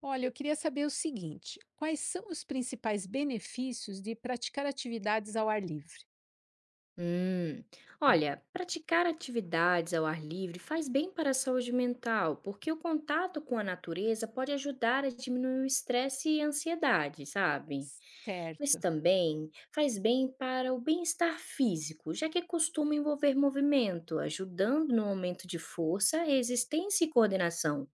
Olha, eu queria saber o seguinte: quais são os principais benefícios de praticar atividades ao ar livre? Hum, olha, praticar atividades ao ar livre faz bem para a saúde mental, porque o contato com a natureza pode ajudar a diminuir o estresse e a ansiedade, sabe? Mas Certo, também faz bem para o bem-estar físico, já que costuma envolver movimento, ajudando no aumento de força, resistência e coordenação.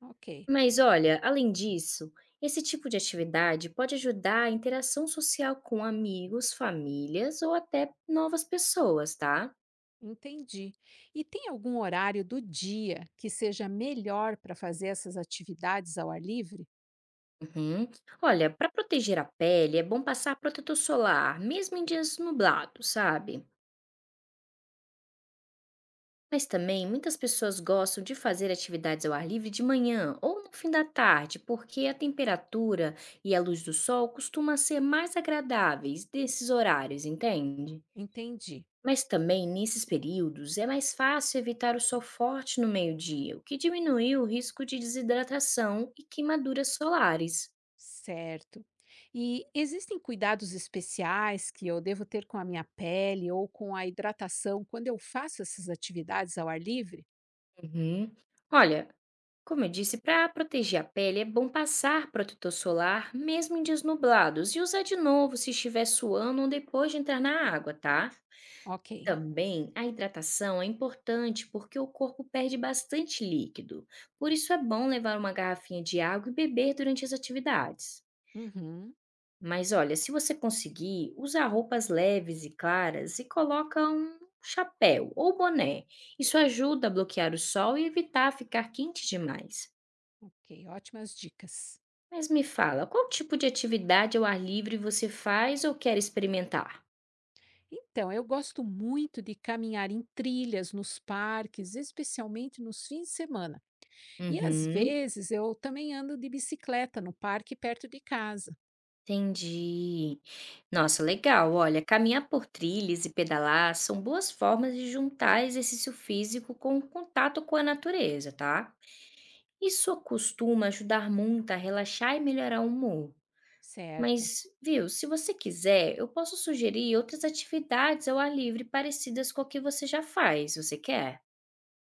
ok, Mas olha, além disso, esse tipo de atividade pode ajudar a interação social com amigos, famílias ou até novas pessoas, tá? entendi. E tem algum horário do dia que seja melhor para fazer essas atividades ao ar livre? Uhum. Olha, para proteger a pele é bom passar protetor solar, mesmo em dias nublados, sabe? Mas também muitas pessoas gostam de fazer atividades ao ar livre de manhã ou no fim da tarde, porque a temperatura e a luz do sol costuma ser mais agradáveis desses horários, entende? Entendi, Mas também, nesses períodos, é mais fácil evitar o sol forte no meio-dia, o que diminui o risco de desidratação e queimaduras solares. certo. E existem cuidados especiais que eu devo ter com a minha pele ou com a hidratação quando eu faço essas atividades ao ar livre? Uhum. Olha, como eu disse, para proteger a pele é bom passar protetor solar mesmo em dias nublados e usar de novo se estiver suando ou depois de entrar na água, tá? Ok, Também a hidratação é importante porque o corpo perde bastante líquido. Por isso é bom levar uma garrafinha de água e beber durante as atividades. uhum, Mas olha, se você conseguir, usa roupas leves e claras e coloca um chapéu ou boné. Isso ajuda a bloquear o sol e evitar ficar quente demais. ok, ótimas dicas. Mas me fala, qual tipo de atividade ao ar livre você faz ou quer experimentar? Então, eu gosto muito de caminhar em trilhas, nos parques, especialmente nos fins de semana. E às Uhum, vezes eu também ando de bicicleta no parque perto de casa. entendi. Nossa, legal. Olha, caminhar por trilhas e pedalar são boas formas de juntar exercício físico com contato com a natureza, tá? Isso costuma ajudar muito a relaxar e melhorar o humor. Certo. Mas, viu, se você quiser, eu posso sugerir outras atividades ao ar livre parecidas com a que você já faz. Você quer?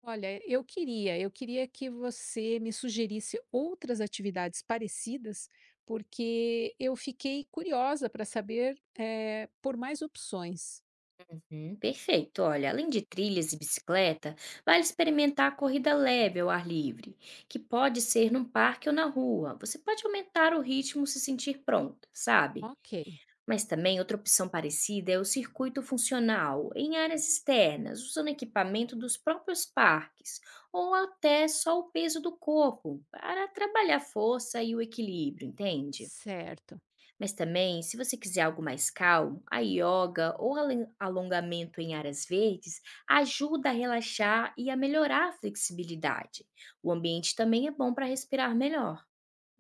Olha, eu queria que você me sugerisse outras atividades parecidas, porque eu fiquei curiosa para saber por mais opções. Uhum, perfeito. Olha, além de trilhas e bicicleta, vale experimentar a corrida leve ao ar livre, que pode ser num parque ou na rua. Você pode aumentar o ritmo se sentir pronta, sabe? Ok, Mas também outra opção parecida é o circuito funcional em áreas externas, usando equipamento dos próprios parques, ou até só o peso do corpo, para trabalhar a força e o equilíbrio, entende? certo. Mas também, se você quiser algo mais calmo, a yoga ou alongamento em áreas verdes ajuda a relaxar e a melhorar a flexibilidade. O ambiente também é bom para respirar melhor.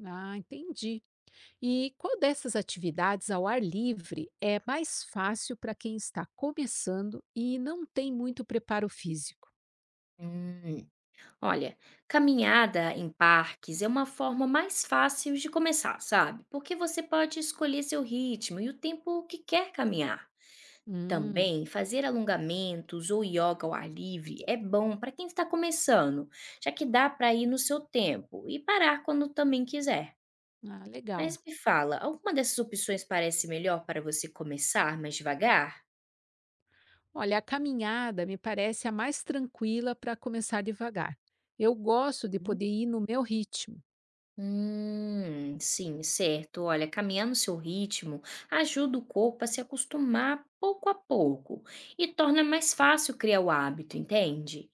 Ah, entendi. E qual dessas atividades ao ar livre é mais fácil para quem está começando e não tem muito preparo físico? Hum, Olha, caminhada em parques é uma forma mais fácil de começar, sabe? Porque você pode escolher seu ritmo e o tempo que quer caminhar. Hum, Também fazer alongamentos ou yoga ao ar livre é bom para quem está começando, já que dá para ir no seu tempo e parar quando também quiser. ah, legal. Mas me fala, alguma dessas opções parece melhor para você começar mais devagar? Olha, a caminhada me parece a mais tranquila para começar devagar. Eu gosto de poder ir no meu ritmo. Sim, certo. Olha, caminhar no seu ritmo ajuda o corpo a se acostumar pouco a pouco e torna mais fácil criar o hábito, entende?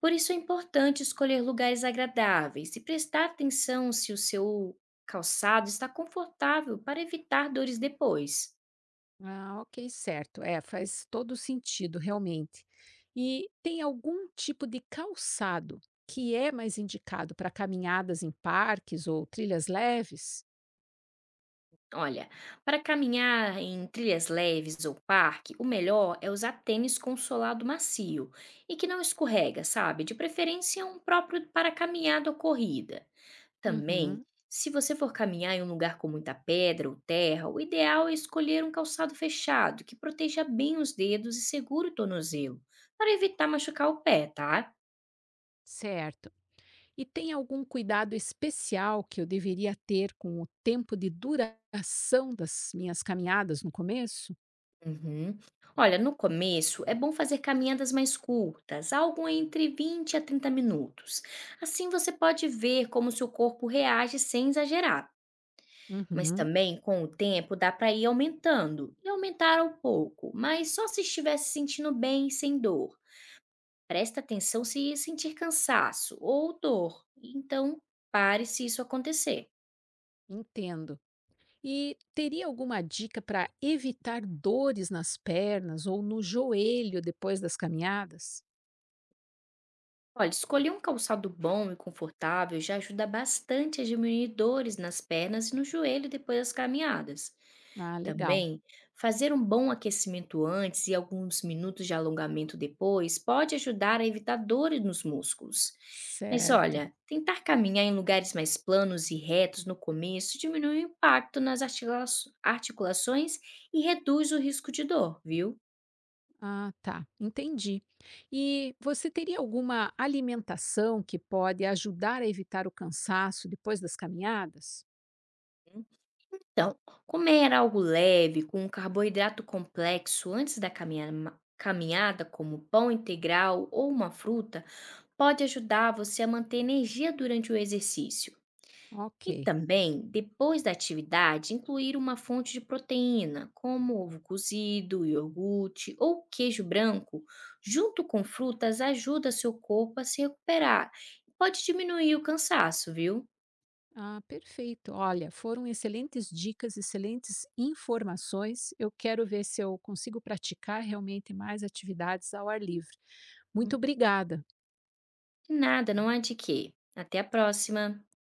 Por isso é importante escolher lugares agradáveis e prestar atenção se o seu calçado está confortável para evitar dores depois. Ah, ok, certo. É, faz todo sentido, realmente. E tem algum tipo de calçado que é mais indicado para caminhadas em parques ou trilhas leves? Olha, para caminhar em trilhas leves ou parque, o melhor é usar tênis com solado macio e que não escorrega, sabe? De preferência um próprio para caminhada ou corrida. Também, Uhum, se você for caminhar em um lugar com muita pedra ou terra, o ideal é escolher um calçado fechado que proteja bem os dedos e segure o tornozelo, para evitar machucar o pé, tá? certo. E tem algum cuidado especial que eu deveria ter com o tempo de duração das minhas caminhadas no começo? Uhum. Olha, no começo é bom fazer caminhadas mais curtas, algo entre 20 a 30 minutos. Assim você pode ver como seu corpo reage sem exagerar. Mas Uhum, também, com o tempo, dá para ir aumentando e aumentar um pouco, mas só se estiver se sentindo bem e sem dor. Presta atenção se sentir cansaço ou dor. Então, pare se isso acontecer. entendo. E teria alguma dica para evitar dores nas pernas ou no joelho depois das caminhadas? Olha, escolher um calçado bom e confortável já ajuda bastante a diminuir dores nas pernas e no joelho depois das caminhadas. Ah, legal. Também, fazer um bom aquecimento antes e alguns minutos de alongamento depois pode ajudar a evitar dores nos músculos. Mas Certo. olha, tentar caminhar em lugares mais planos e retos no começo diminui o impacto nas articulações e reduz o risco de dor, viu? Ah, tá. Entendi. E você teria alguma alimentação que pode ajudar a evitar o cansaço depois das caminhadas? Então, comer algo leve com um carboidrato complexo antes da caminhada, como pão integral ou uma fruta, pode ajudar você a manter energia durante o exercício. Ok. E também, depois da atividade, incluir uma fonte de proteína, como ovo cozido, iogurte ou queijo branco, junto com frutas, ajuda seu corpo a se recuperar e pode diminuir o cansaço, viu? Ah, perfeito. Olha, foram excelentes dicas, excelentes informações. Eu quero ver se eu consigo praticar realmente mais atividades ao ar livre. Muito obrigada. De nada, não há de quê. Até a próxima!